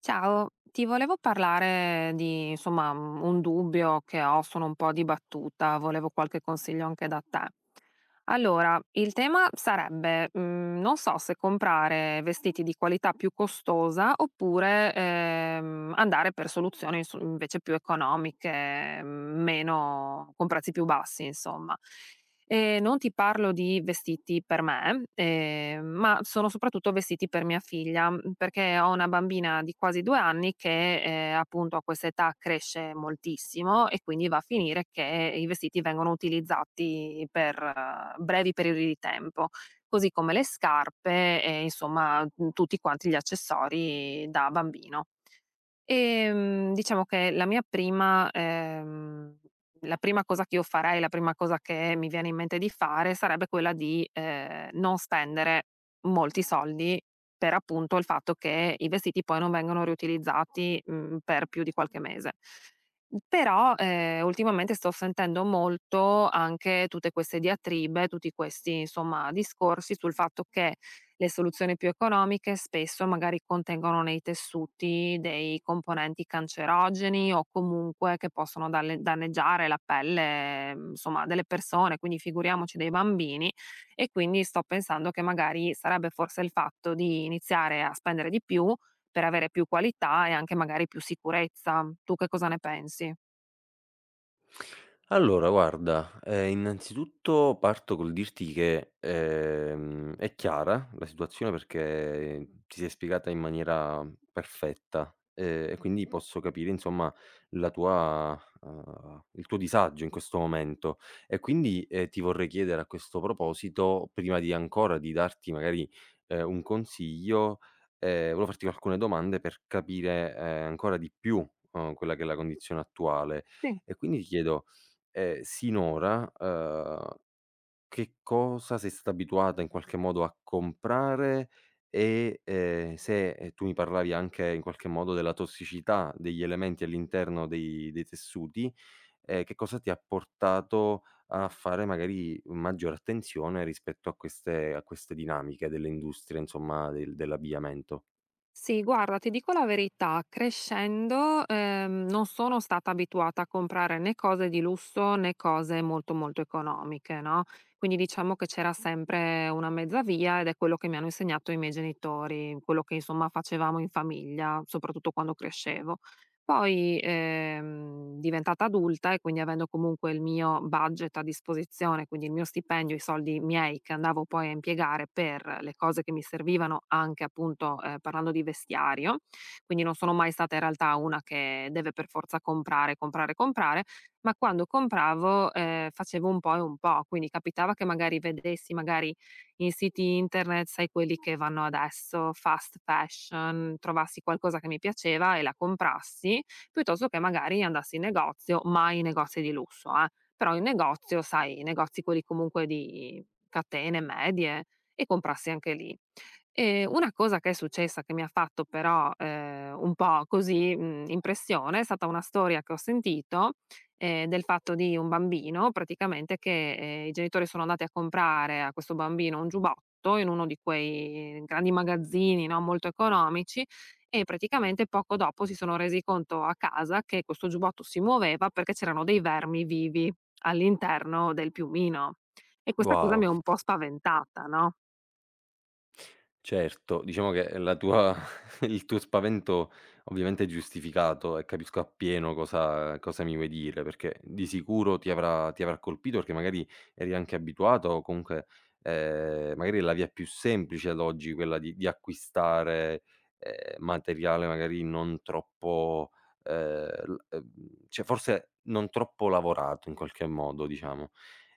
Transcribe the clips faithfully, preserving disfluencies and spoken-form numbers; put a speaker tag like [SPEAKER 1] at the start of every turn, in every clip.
[SPEAKER 1] Ciao, ti volevo parlare di, insomma, mhmm, un dubbio che ho, sono un po' dibattuta, volevo qualche consiglio anche da te. Allora, il tema sarebbe, mhmm, non so se comprare vestiti di qualità più costosa oppure, ehm, andare per soluzioni su invece più economiche, mhmm, meno con prezzi più bassi insomma. Ehm, non ti parlo di vestiti per me, ehm, ma sono soprattutto vestiti per mia figlia, mhmm, perché ho una bambina di quasi due anni che, ehm, appunto a quest'età cresce moltissimo e quindi va a finire che i vestiti vengono utilizzati per eh, brevi periodi di tempo, così come le scarpe e insomma, mhmm, tutti quanti gli accessori da bambino. Ehm, diciamo che la mia prima ehm, la prima cosa che io farei, la prima cosa che mi viene in mente di fare sarebbe quella di, ehm, non spendere molti soldi per appunto il fatto che i vestiti poi non vengono riutilizzati, mhmm, per più di qualche mese. Però, ehm, ultimamente sto sentendo molto anche tutte queste diatribe, tutti questi insomma discorsi sul fatto che, le soluzioni più economiche spesso magari contengono nei tessuti dei componenti cancerogeni o comunque che possono dalle- danneggiare la pelle, mm, insomma, delle persone, quindi figuriamoci dei bambini. E quindi sto pensando che magari sarebbe forse il fatto di iniziare a spendere di più per avere più qualità e anche magari più sicurezza. Tu che cosa ne pensi?
[SPEAKER 2] Allora guarda, ehm, innanzitutto parto col dirti che, ehm, è chiara la situazione perché ti sei spiegata in maniera perfetta, ehm, e quindi posso capire insomma la tua uhm, il tuo disagio in questo momento. E quindi, ehm, ti vorrei chiedere a questo proposito, prima di ancora di darti magari, ehm, un consiglio, ehm, volevo farti alcune domande per capire, ehm, ancora di più, uhm, quella che è la condizione attuale.
[SPEAKER 1] Sì.
[SPEAKER 2] E quindi ti chiedo, Ehm, sinora, uhm, che cosa sei stata abituata in qualche modo a comprare e, ehm, se, ehm, tu mi parlavi anche in qualche modo della tossicità degli elementi all'interno dei dei tessuti, ehm, che cosa ti ha portato a fare magari maggiore attenzione rispetto a queste a queste dinamiche delle industrie, insomma, del dell'abbigliamento?
[SPEAKER 1] Sì, guarda, ti dico la verità, crescendo, ehm, non sono stata abituata a comprare né cose di lusso né cose molto molto economiche, no, quindi diciamo che c'era sempre una mezza via ed è quello che mi hanno insegnato i miei genitori, quello che insomma facevamo in famiglia, soprattutto quando crescevo. Poi, ehm, diventata adulta e quindi avendo comunque il mio budget a disposizione, quindi il mio stipendio, i soldi miei che andavo poi a impiegare per le cose che mi servivano, anche appunto, ehm, parlando di vestiario, quindi non sono mai stata in realtà una che deve per forza comprare, comprare, comprare, ma quando compravo, ehm, facevo un po' e un po', quindi capitava che magari vedessi magari in siti internet, sai quelli che vanno adesso, fast fashion, trovassi qualcosa che mi piaceva e la comprassi, piuttosto che magari andassi in negozio, mai in negozi di lusso, eh, però in negozio, sai, i negozi quelli comunque di catene medie e comprassi anche lì. E una cosa che è successa che mi ha fatto però eh, un po' così mh, impressione è stata una storia che ho sentito ehm, del fatto di un bambino praticamente che, ehm, i genitori sono andati a comprare a questo bambino un giubbotto in uno di quei grandi magazzini, no, molto economici, e praticamente poco dopo si sono resi conto a casa che questo giubbotto si muoveva perché c'erano dei vermi vivi all'interno del piumino. E questa cosa mi
[SPEAKER 2] Wow!
[SPEAKER 1] ha un po' spaventata, no?
[SPEAKER 2] Certo, diciamo che la tua il tuo spavento ovviamente è giustificato e capisco appieno cosa cosa mi vuoi dire, perché di sicuro ti avrà ti avrà colpito perché magari eri anche abituato o comunque, ehm, magari è la via più semplice ad oggi quella di di acquistare, ehm, materiale magari non troppo, ehm, l ehm, cioè forse non troppo lavorato in qualche modo, diciamo.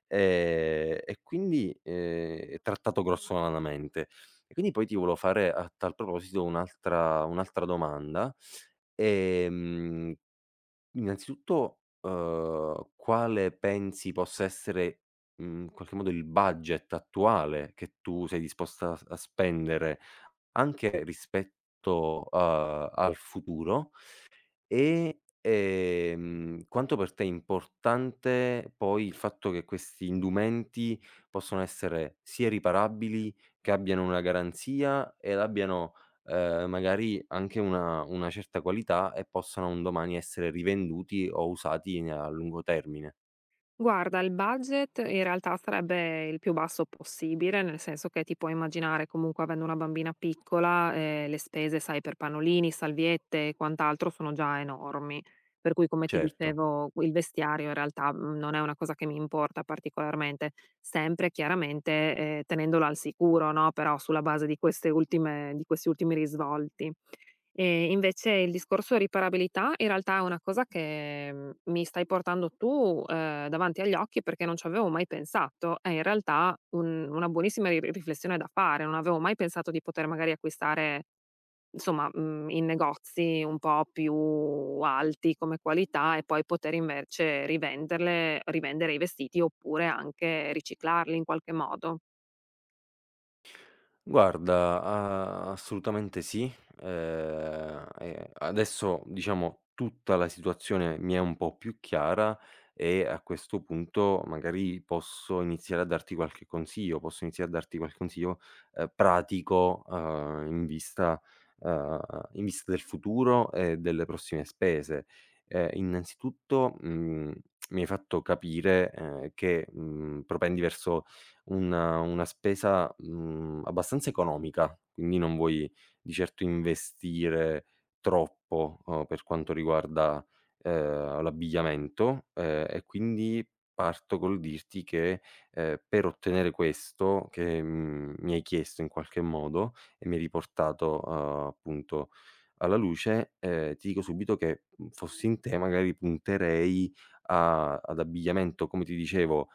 [SPEAKER 2] Ehm, e quindi, ehm, trattato grossolanamente. E quindi poi ti volevo fare a tal proposito un'altra un'altra domanda. Ehm, innanzitutto, uhm, quale pensi possa essere, mhmm, in qualche modo il budget attuale che tu sei disposta a s a spendere, anche rispetto, uhm, al futuro? E, ehm, quanto per te è importante poi il fatto che questi indumenti possono essere sia riparabili, che abbiano una garanzia ed abbiano, ehm, magari anche una una certa qualità e possano un domani essere rivenduti o usati a lungo termine.
[SPEAKER 1] Guarda, il budget in realtà sarebbe il più basso possibile, nel senso che ti puoi immaginare comunque avendo una bambina piccola, eh, le spese, sai, per pannolini, salviette e quant'altro sono già enormi. Per cui, come ti
[SPEAKER 2] Certo.
[SPEAKER 1] dicevo, il vestiario in realtà mm, non è una cosa che mi importa particolarmente, sempre chiaramente eh, tenendolo al sicuro, no? Però sulla base di queste ultime, di questi ultimi risvolti. Ehm, invece il discorso riparabilità in realtà è una cosa che, mhmm, mi stai portando tu, ehm, davanti agli occhi perché non ci avevo mai pensato. È in realtà un una buonissima ri riflessione da fare. Non avevo mai pensato di poter magari acquistare, insomma, mhmm, in negozi un po' più alti come qualità e poi poter invece rivenderle rivendere i vestiti oppure anche riciclarli in qualche modo.
[SPEAKER 2] Guarda, a assolutamente sì. Ehm, e adesso, diciamo, tutta la situazione mi è un po' più chiara e a questo punto magari posso iniziare a darti qualche consiglio, posso iniziare a darti qualche consiglio, ehm, pratico, uhm, in vista uhm, in vista del futuro e delle prossime spese. Ehm, innanzitutto, mhmm, mi hai fatto capire, ehm, che, mhmm, propendi verso una una spesa, mhmm, abbastanza economica, quindi non vuoi di certo investire troppo, uhm, per quanto riguarda, ehm, l'abbigliamento, ehm, e quindi parto col dirti che, ehm, per ottenere questo che, mhmm, mi hai chiesto in qualche modo e mi hai riportato, uhm, appunto alla luce, ehm, ti dico subito che, mhmm, fossi in te magari punterei a ad abbigliamento, come ti dicevo,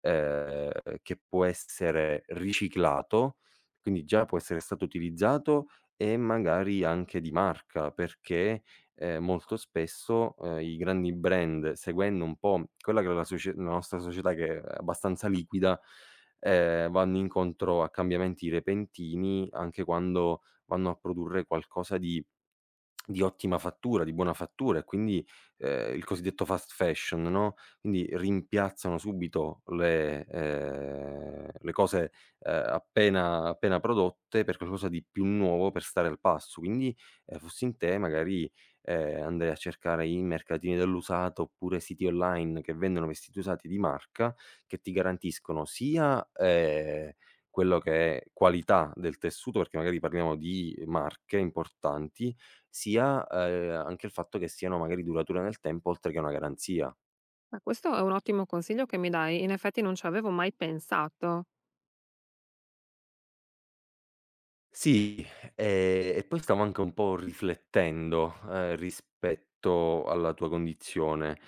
[SPEAKER 2] ehm, che può essere riciclato, quindi già può essere stato utilizzato e magari anche di marca, perché, ehm, molto spesso, ehm, i grandi brand, seguendo un po' quella che è la socie la nostra società che è abbastanza liquida, ehm, vanno incontro a cambiamenti repentini anche quando vanno a produrre qualcosa di di ottima fattura, di buona fattura e quindi, ehm, il cosiddetto fast fashion, no, quindi rimpiazzano subito le ehm, le cose, ehm, appena appena prodotte per qualcosa di più nuovo per stare al passo. Quindi, ehm, fossi in te magari, ehm, andrei a cercare i mercatini dell'usato oppure siti online che vendono vestiti usati di marca, che ti garantiscono sia, ehm, quello che è qualità del tessuto, perché magari parliamo di marche importanti, sia, ehm, anche il fatto che siano magari durature nel tempo oltre che una garanzia.
[SPEAKER 1] Beh, questo è un ottimo consiglio che mi dai. In effetti non ci avevo mai pensato.
[SPEAKER 2] Sì, ehm, e poi stavo anche un po' riflettendo, ehm, rispetto alla tua condizione.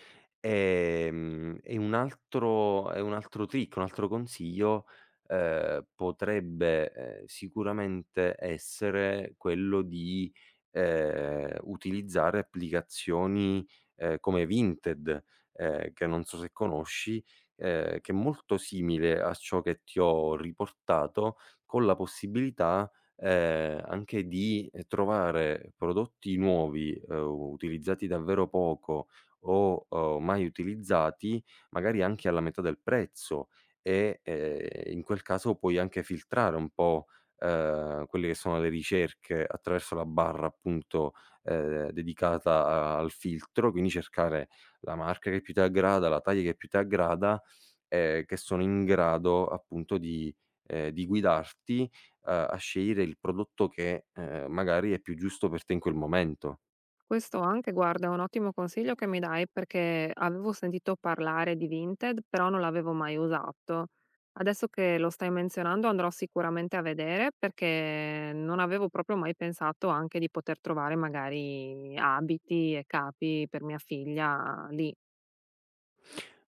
[SPEAKER 2] Ehm, e un altro e un altro trick, un altro consiglio, ehm, potrebbe, ehm, sicuramente essere quello di, ehm, utilizzare applicazioni, ehm, come Vinted, ehm, che non so se conosci, ehm, che è molto simile a ciò che ti ho riportato, con la possibilità ehm, anche di, ehm, trovare prodotti nuovi, ehm, utilizzati davvero poco o, uhm, mai utilizzati, magari anche alla metà del prezzo e, ehm, in quel caso puoi anche filtrare un po', ehm, quelle che sono le ricerche attraverso la barra appunto, ehm, dedicata a al filtro, quindi cercare la marca che più ti aggrada, la taglia che più ti aggrada, ehm, che sono in grado appunto di ehm, di guidarti a a scegliere il prodotto che, ehm, magari è più giusto per te in quel momento.
[SPEAKER 1] Questo anche, guarda, è un ottimo consiglio che mi dai perché avevo sentito parlare di Vinted, però non l'avevo mai usato. Adesso che lo stai menzionando andrò sicuramente a vedere perché non avevo proprio mai pensato anche di poter trovare magari abiti e capi per mia figlia lì.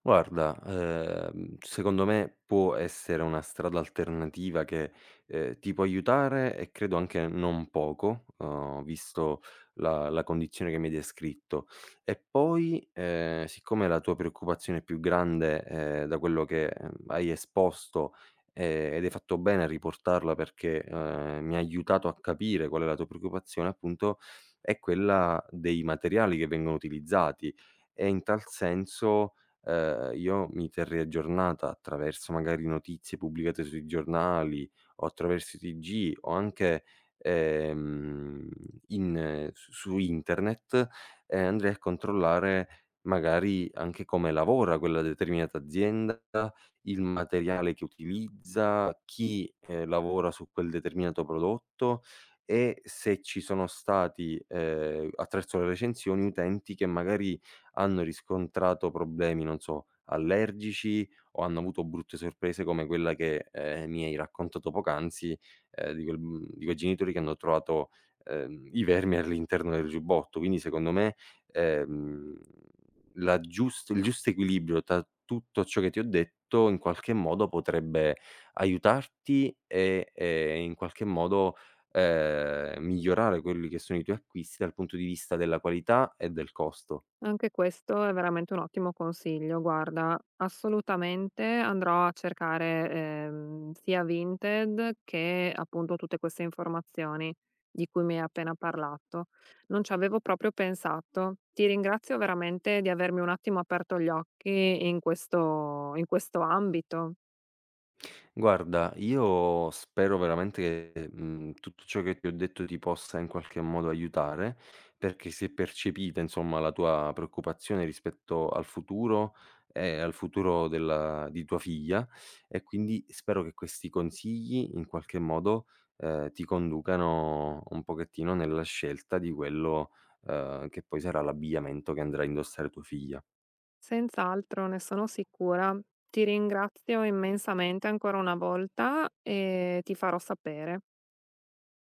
[SPEAKER 2] Guarda, ehm, secondo me può essere una strada alternativa che, ehm, ti può aiutare e credo anche non poco, uhm, visto la la condizione che mi hai descritto. E poi, ehm, siccome la tua preoccupazione più grande, ehm, da quello che, ehm, hai esposto, ehm, ed hai fatto bene a riportarla perché, ehm, mi ha aiutato a capire qual è la tua preoccupazione, appunto, è quella dei materiali che vengono utilizzati e in tal senso, ehm, io mi terrei aggiornata attraverso magari notizie pubblicate sui giornali o attraverso i T G o anche, ehm, in su su internet e andrei a controllare magari anche come lavora quella determinata azienda, il materiale che utilizza, chi, ehm, lavora su quel determinato prodotto e se ci sono stati, ehm, attraverso le recensioni, utenti che magari hanno riscontrato problemi, non so, allergici o hanno avuto brutte sorprese come quella che, ehm, mi hai raccontato poc'anzi, ehm, di quel mhmm, di quei genitori che hanno trovato, ehm, i vermi all'interno del giubbotto. Quindi secondo me, ehm, la giust il giusto equilibrio tra tutto ciò che ti ho detto in qualche modo potrebbe aiutarti e, ehm, in qualche modo, ehm, migliorare quelli che sono i tuoi acquisti dal punto di vista della qualità e del costo.
[SPEAKER 1] Anche questo è veramente un ottimo consiglio. Guarda, assolutamente andrò a cercare, ehm, sia Vinted che appunto tutte queste informazioni di cui mi hai appena parlato. Non ci avevo proprio pensato. Ti ringrazio veramente di avermi un attimo aperto gli occhi in questo, in questo ambito.
[SPEAKER 2] Guarda, io spero veramente che, mhmm, tutto ciò che ti ho detto ti possa in qualche modo aiutare, perché se percepita, insomma, la tua preoccupazione rispetto al futuro e al futuro della di tua figlia, e quindi spero che questi consigli in qualche modo, ehm, ti conducano un pochettino nella scelta di quello, ehm, che poi sarà l'abbigliamento che andrà a indossare tua figlia.
[SPEAKER 1] Senz'altro, ne sono sicura. Ti ringrazio immensamente ancora una volta e ti farò sapere.